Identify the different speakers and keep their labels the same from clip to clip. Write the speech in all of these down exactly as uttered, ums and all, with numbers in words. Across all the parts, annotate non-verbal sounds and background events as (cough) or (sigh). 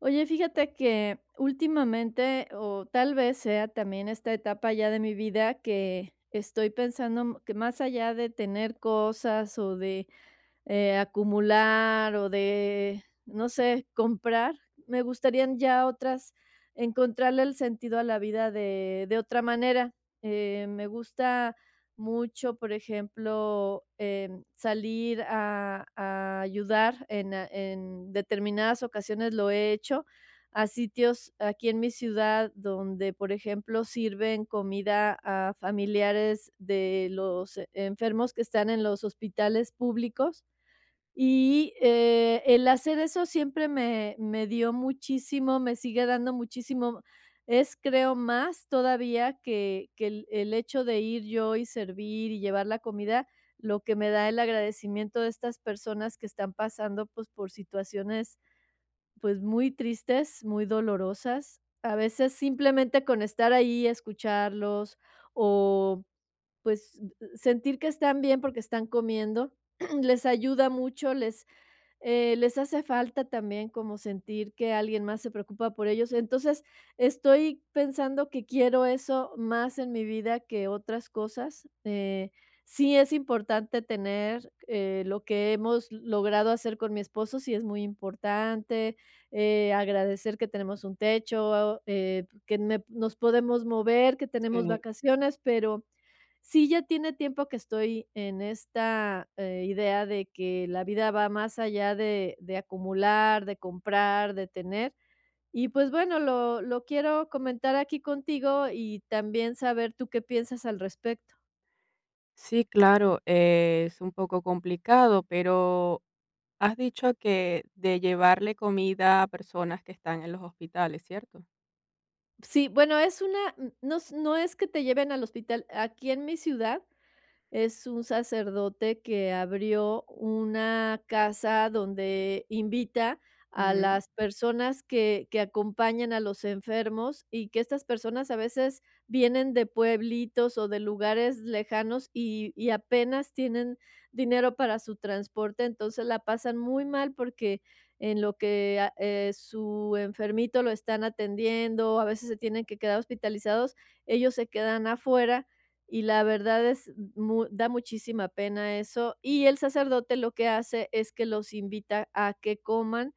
Speaker 1: Oye, fíjate que últimamente, o tal vez sea también esta etapa ya de mi vida que estoy pensando m- que más allá de tener cosas o de eh, acumular o de, no sé, comprar. Me gustarían ya otras, encontrarle el sentido a la vida de, de otra manera. Eh, me gusta mucho, por ejemplo, em, salir a, a ayudar en, a- en determinadas ocasiones lo he hecho a sitios aquí en mi ciudad donde, por ejemplo, sirven comida a familiares de los eh, enfermos que están en los hospitales públicos. Y, eh, el hacer eso siempre me me dio muchísimo, me sigue dando muchísimo. Es, creo, más todavía que que el el hecho de ir yo y servir y llevar la comida, lo que me da el agradecimiento de estas personas que están pasando, pues, por situaciones, pues, muy tristes, muy dolorosas. A veces simplemente con estar ahí, escucharlos o, pues, sentir que están bien porque están comiendo. (clears throat) Les ayuda mucho, les eh, les hace falta también como sentir que alguien más se preocupa por ellos. Entonces, estoy pensando que quiero eso más en mi vida que otras cosas. Eh, sí es importante tener eh, lo que hemos logrado hacer con mi esposo, sí es muy importante. Eh, agradecer que tenemos un techo, eh, que me- nos podemos mover, que tenemos
Speaker 2: Eh,
Speaker 1: vacaciones, pero... Sí, ya tiene tiempo que estoy en esta, eh, idea de que la vida va más allá de de acumular, de comprar, de tener. Y, pues, bueno, lo lo quiero comentar aquí contigo y también saber tú qué piensas al respecto.
Speaker 2: sí, claro, eh, es un poco complicado, pero has dicho que de llevarle comida a personas que están en los hospitales, ¿cierto?
Speaker 1: Sí, bueno, es una, mm, no s no es que te lleven al hospital. Aquí en mi ciudad... Es un sacerdote que abrió una casa donde invita a
Speaker 2: Ujú.
Speaker 1: las personas que que acompañan a los enfermos, y que estas personas a veces vienen de pueblitos o de lugares lejanos, y y apenas tienen dinero para su transporte. Entonces, la pasan muy mal porque en lo que a eh, su enfermito lo están atendiendo, a veces se tienen que quedar hospitalizados, ellos se quedan afuera y la verdad es, mu da muchísima pena eso. Y el sacerdote lo que hace es que los invita a que coman.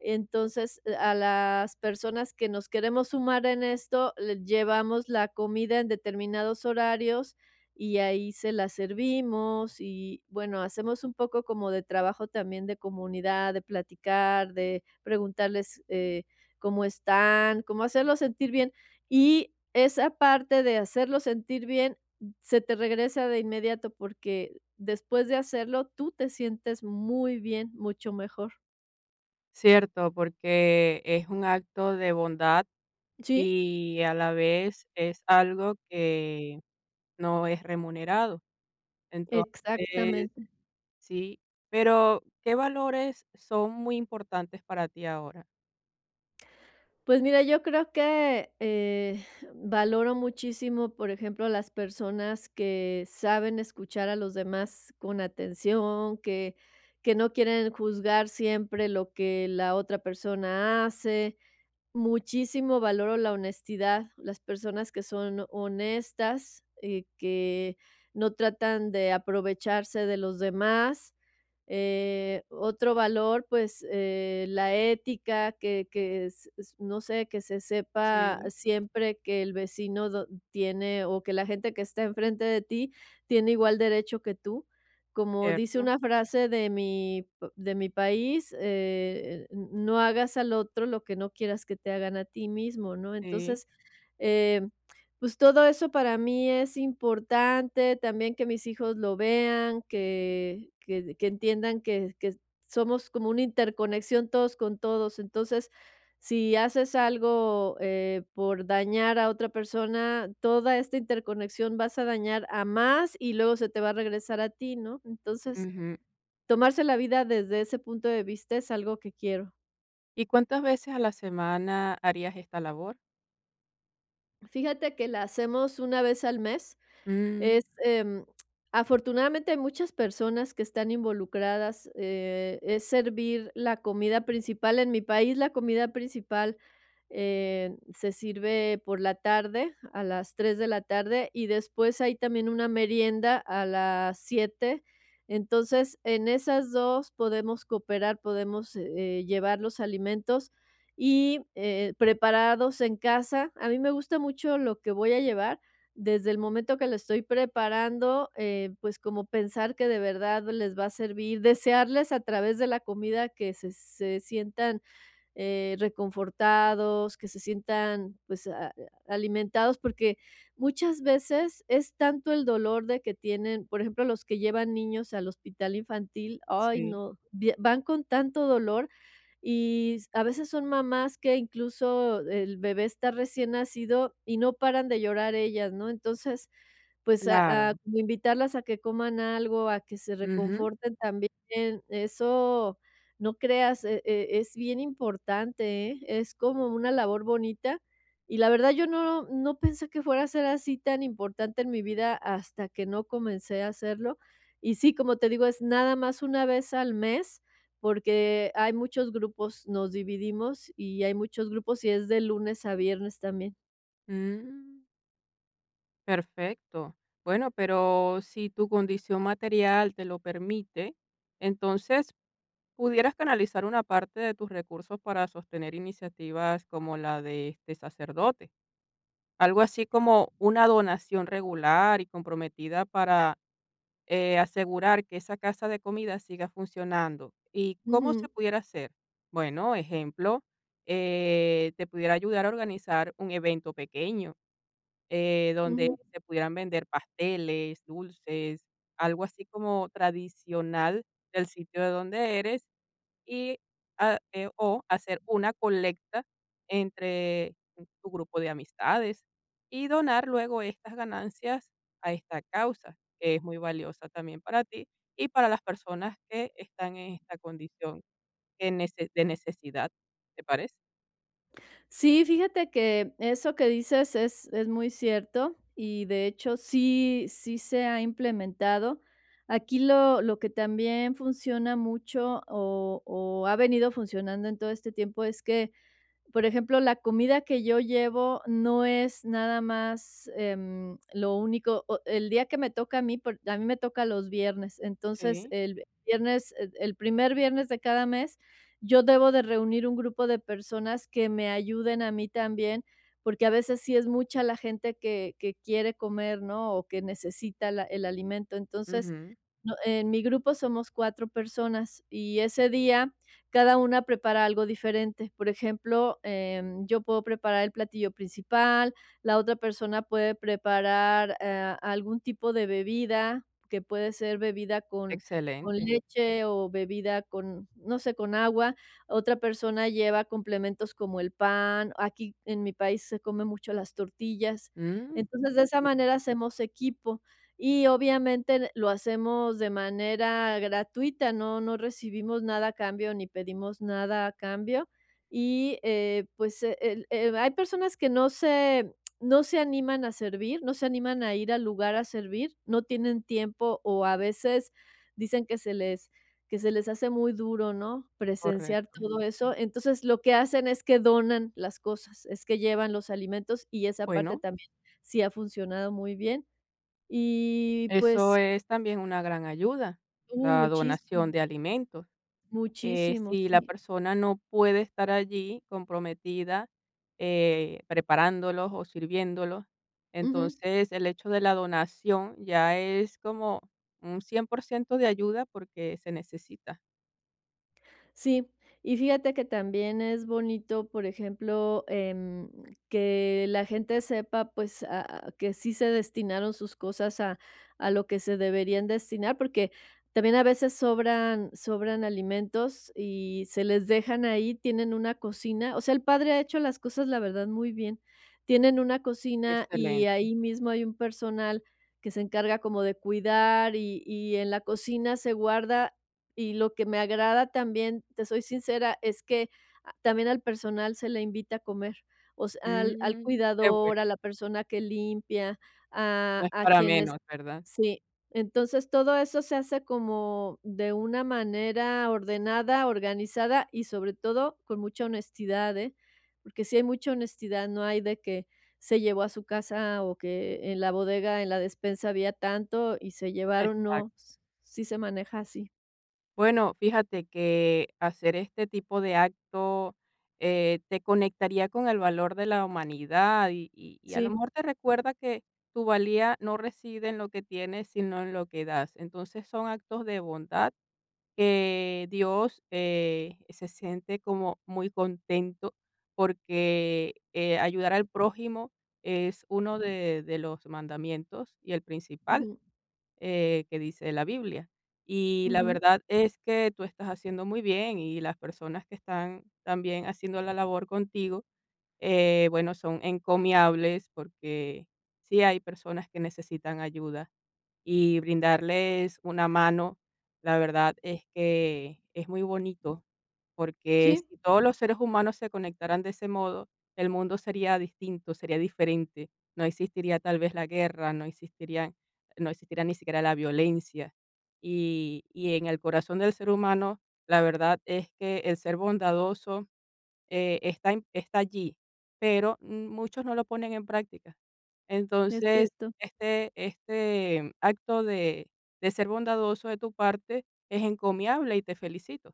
Speaker 1: Entonces, eh, a las personas que nos queremos sumar en esto, les llevamos la comida en determinados horarios y ahí se la servimos. Y, bueno, hacemos un poco como de trabajo también de comunidad, de platicar, de preguntarles, eh, cómo están, cómo hacerlos sentir bien. Y esa parte de hacerlo sentir bien se te regresa de inmediato porque después de hacerlo tú te sientes muy bien, mucho mejor.
Speaker 2: Cierto, porque es un acto de bondad
Speaker 1: Sí,
Speaker 2: y a la vez es algo que no es remunerado. Entonces,
Speaker 1: exactamente.
Speaker 2: sí, pero ¿qué valores son muy importantes para ti ahora?
Speaker 1: Pues mira, yo creo que, eh, valoro muchísimo, por ejemplo, las personas que saben escuchar a los demás con atención, que que no quieren juzgar siempre lo que la otra persona hace. Muchísimo valoro la honestidad, las personas que son honestas, eh, que no tratan de aprovecharse de los demás. Eh, otro valor, pues, eh, la ética, que que s s no sé, que se sepa
Speaker 2: Sí,
Speaker 1: siempre que el vecino do tiene o que la gente que está enfrente de ti tiene igual derecho que tú. Como dice
Speaker 2: cierto,
Speaker 1: una frase de mi p de mi país, eh, no hagas al otro lo que no quieras que te hagan a ti mismo, ¿no?
Speaker 2: sí.
Speaker 1: Entonces, eh, pues todo eso para mí es importante, también que mis hijos lo vean, que que que entiendan que que somos como una interconexión todos con todos. Entonces, si haces algo, eh, por dañar a otra persona, toda esta interconexión vas a dañar a más y luego se te va a regresar a ti, ¿no? Entonces, tomarse la vida desde ese punto de vista es algo que quiero.
Speaker 2: ¿Y cuántas veces a la semana harías esta labor?
Speaker 1: Fíjate que la hacemos una vez al mes.
Speaker 2: Mm,
Speaker 1: Es, em, Afortunadamente, hay muchas personas que están involucradas, eh, es servir la comida principal. En mi país, la comida principal eh, se sirve por la tarde, a las tres de la tarde, y después hay también una merienda a las siete. Entonces, en esas dos podemos cooperar, podemos, eh, llevar los alimentos y, eh, preparados en casa. A mí me gusta mucho lo que voy a llevar, desde el momento que lo estoy preparando, eh, pues como pensar que de verdad les va a servir, desearles a través de la comida que se se sientan eh, reconfortados, que se sientan, pues, a- alimentados, porque muchas veces es tanto el dolor de que tienen, por ejemplo, los que llevan niños al hospital infantil, ay
Speaker 2: sí,
Speaker 1: no, vi- van con tanto dolor. Y s- a veces son mamás que incluso el bebé está recién nacido y no paran de llorar ellas, ¿no? Entonces, pues, a a
Speaker 2: claro.
Speaker 1: como invitarlas a que coman algo, a que se
Speaker 2: Ujú.
Speaker 1: reconforten también, eso, no creas, e e es bien importante, ¿eh? Es como una labor bonita, y la verdad yo no no pensé que fuera a ser así tan importante en mi vida hasta que no comencé a hacerlo. Y sí, como te digo, es nada más una vez al mes, porque hay muchos grupos, nos dividimos y hay muchos grupos, y es de lunes a viernes también.
Speaker 2: Mm, perfecto. Bueno, pero si tu condición material te lo permite, entonces pudieras canalizar una parte de tus recursos para sostener iniciativas como la de este sacerdote. Algo así como una donación regular y comprometida para eh, asegurar que esa casa de comida siga funcionando. ¿Y cómo se
Speaker 1: Ujú,
Speaker 2: pudiera hacer? Bueno, ejemplo, eh, te pudiera ayudar a organizar un evento pequeño eh, donde
Speaker 1: ujú.
Speaker 2: se pudieran vender pasteles, dulces, algo así como tradicional del sitio de donde eres y a eh, o hacer una colecta entre tu grupo de amistades y donar luego estas ganancias a esta causa, que es muy valiosa también para ti y para las personas que están en esta condición que nece de necesidad, ¿te parece?
Speaker 1: Sí, fíjate que eso que dices es, es muy cierto y de hecho sí, sí se ha implementado. Aquí lo, lo que también funciona mucho o, o ha venido funcionando en todo este tiempo es que, por ejemplo, la comida que yo llevo no es nada más, em, lo único o el día que me toca a mí, por a mí me toca los viernes. Entonces,
Speaker 2: Sí,
Speaker 1: el viernes, el el primer viernes de cada mes, yo debo de reunir un grupo de personas que me ayuden a mí también, porque a veces sí es mucha la gente que que quiere comer, ¿no? O que necesita la el alimento. Entonces,
Speaker 2: ujú,
Speaker 1: no, en mi grupo somos cuatro personas y ese día cada una prepara algo diferente. Por ejemplo, em, yo puedo preparar el platillo principal, la otra persona puede preparar, ah, algún tipo de bebida, que puede ser bebida con con
Speaker 2: excelente.
Speaker 1: leche o bebida con, no sé, con agua. Otra persona lleva complementos como el pan. Aquí en mi país se come mucho las tortillas.
Speaker 2: Mm,
Speaker 1: Entonces, de esa
Speaker 2: sí,
Speaker 1: manera hacemos equipo y obviamente lo hacemos de manera gratuita, no no recibimos nada a cambio ni pedimos nada a cambio. Y, eh, pues, eh, el eh, hay personas que no se no se animan a servir, no se animan a ir al lugar a servir, no tienen tiempo, o a veces dicen que se les que se les hace muy duro, ¿no?, presenciar
Speaker 2: correcto.
Speaker 1: todo eso. Entonces, lo que hacen es que donan las cosas, es que llevan los alimentos, y esa parte
Speaker 2: Bueno,
Speaker 1: también sí ha funcionado muy bien. Y,
Speaker 2: eso
Speaker 1: pues,
Speaker 2: es también una gran ayuda,
Speaker 1: uy,
Speaker 2: la donación
Speaker 1: muchísimo,
Speaker 2: de alimentos. Eh,
Speaker 1: muchísimo,
Speaker 2: si la
Speaker 1: sí.
Speaker 2: persona no puede estar allí comprometida, eh, preparándolos o sirviéndolos,
Speaker 1: Ujú.
Speaker 2: entonces el hecho de la donación ya es como un cien por ciento de ayuda porque se necesita.
Speaker 1: Sí, y fíjate que también es bonito, por ejemplo, em, que la gente sepa, pues, a- a- que sí se destinaron sus cosas a, a lo que se deberían destinar, porque también a veces sobran, sobran alimentos y se les dejan ahí, tienen una cocina. O sea, el padre ha hecho las cosas, la verdad, muy bien. Tienen una cocina y
Speaker 2: Excelente.
Speaker 1: ahí mismo hay un personal que se encarga como de cuidar, y, y en la cocina se guarda. Y lo que me agrada también, te soy sincera, es que a también al personal se le invita a comer, o sea, al al
Speaker 2: Mm, qué bueno,
Speaker 1: cuidador, a la persona que limpia,
Speaker 2: no
Speaker 1: a
Speaker 2: es
Speaker 1: a
Speaker 2: para
Speaker 1: quienes.
Speaker 2: menos, ¿verdad?
Speaker 1: Sí. Entonces, todo eso se hace como de una manera ordenada, organizada y, sobre todo, con mucha honestidad, ¿eh? Porque si hay mucha honestidad, no hay de que se llevó a su casa o que en la bodega, en la despensa había tanto y se llevaron, no,
Speaker 2: Exacto.
Speaker 1: s sí se maneja así.
Speaker 2: Bueno, fíjate que hacer este tipo de acto eh, te conectaría con el valor de la humanidad y, y- y a lo
Speaker 1: Sí.
Speaker 2: mejor te recuerda que tu valía no reside en lo que tienes, sino en lo que das. Entonces son actos de bondad que Dios eh, se siente como muy contento porque eh, ayudar al prójimo es uno de de los mandamientos y el principal
Speaker 1: Ujú,
Speaker 2: eh, que dice la Biblia. Y la
Speaker 1: ujú.
Speaker 2: verdad es que tú estás haciendo muy bien y las personas que están también haciendo la labor contigo, eh, bueno, son encomiables porque sí hay personas que necesitan ayuda y brindarles una mano, la verdad es que es muy bonito, porque
Speaker 1: Sí,
Speaker 2: si todos los seres humanos se conectaran de ese modo, el mundo sería distinto, sería diferente. No existiría tal vez la guerra, no existiría no existiría ni siquiera la violencia. Y, y en el corazón del ser humano, la verdad es que el ser bondadoso eh, está en está allí, pero mm, muchos no lo ponen en práctica.
Speaker 1: es
Speaker 2: Entonces,
Speaker 1: cierto.
Speaker 2: este este acto de de ser bondadoso de tu parte es encomiable y te felicito.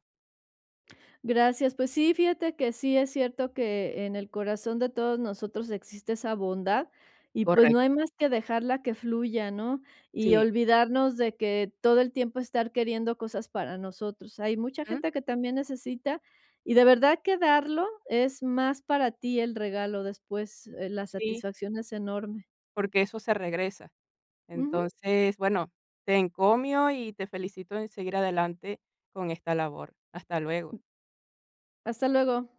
Speaker 1: Gracias. Pues sí, fíjate que sí es cierto que en el corazón de todos nosotros existe esa bondad y, pues, no hay
Speaker 2: Correcto.
Speaker 1: más que dejarla que fluya, ¿no? Y
Speaker 2: Sí,
Speaker 1: olvidarnos de que todo el tiempo estar queriendo cosas para nosotros. Hay mucha
Speaker 2: ujú,
Speaker 1: gente que también necesita y de verdad que darlo es más para ti el regalo después, eh, la
Speaker 2: sí,
Speaker 1: satisfacción es enorme.
Speaker 2: porque eso se regresa.
Speaker 1: Ujú.
Speaker 2: Entonces, bueno, te encomio y te felicito en seguir adelante con esta labor. Hasta luego.
Speaker 1: Hasta luego.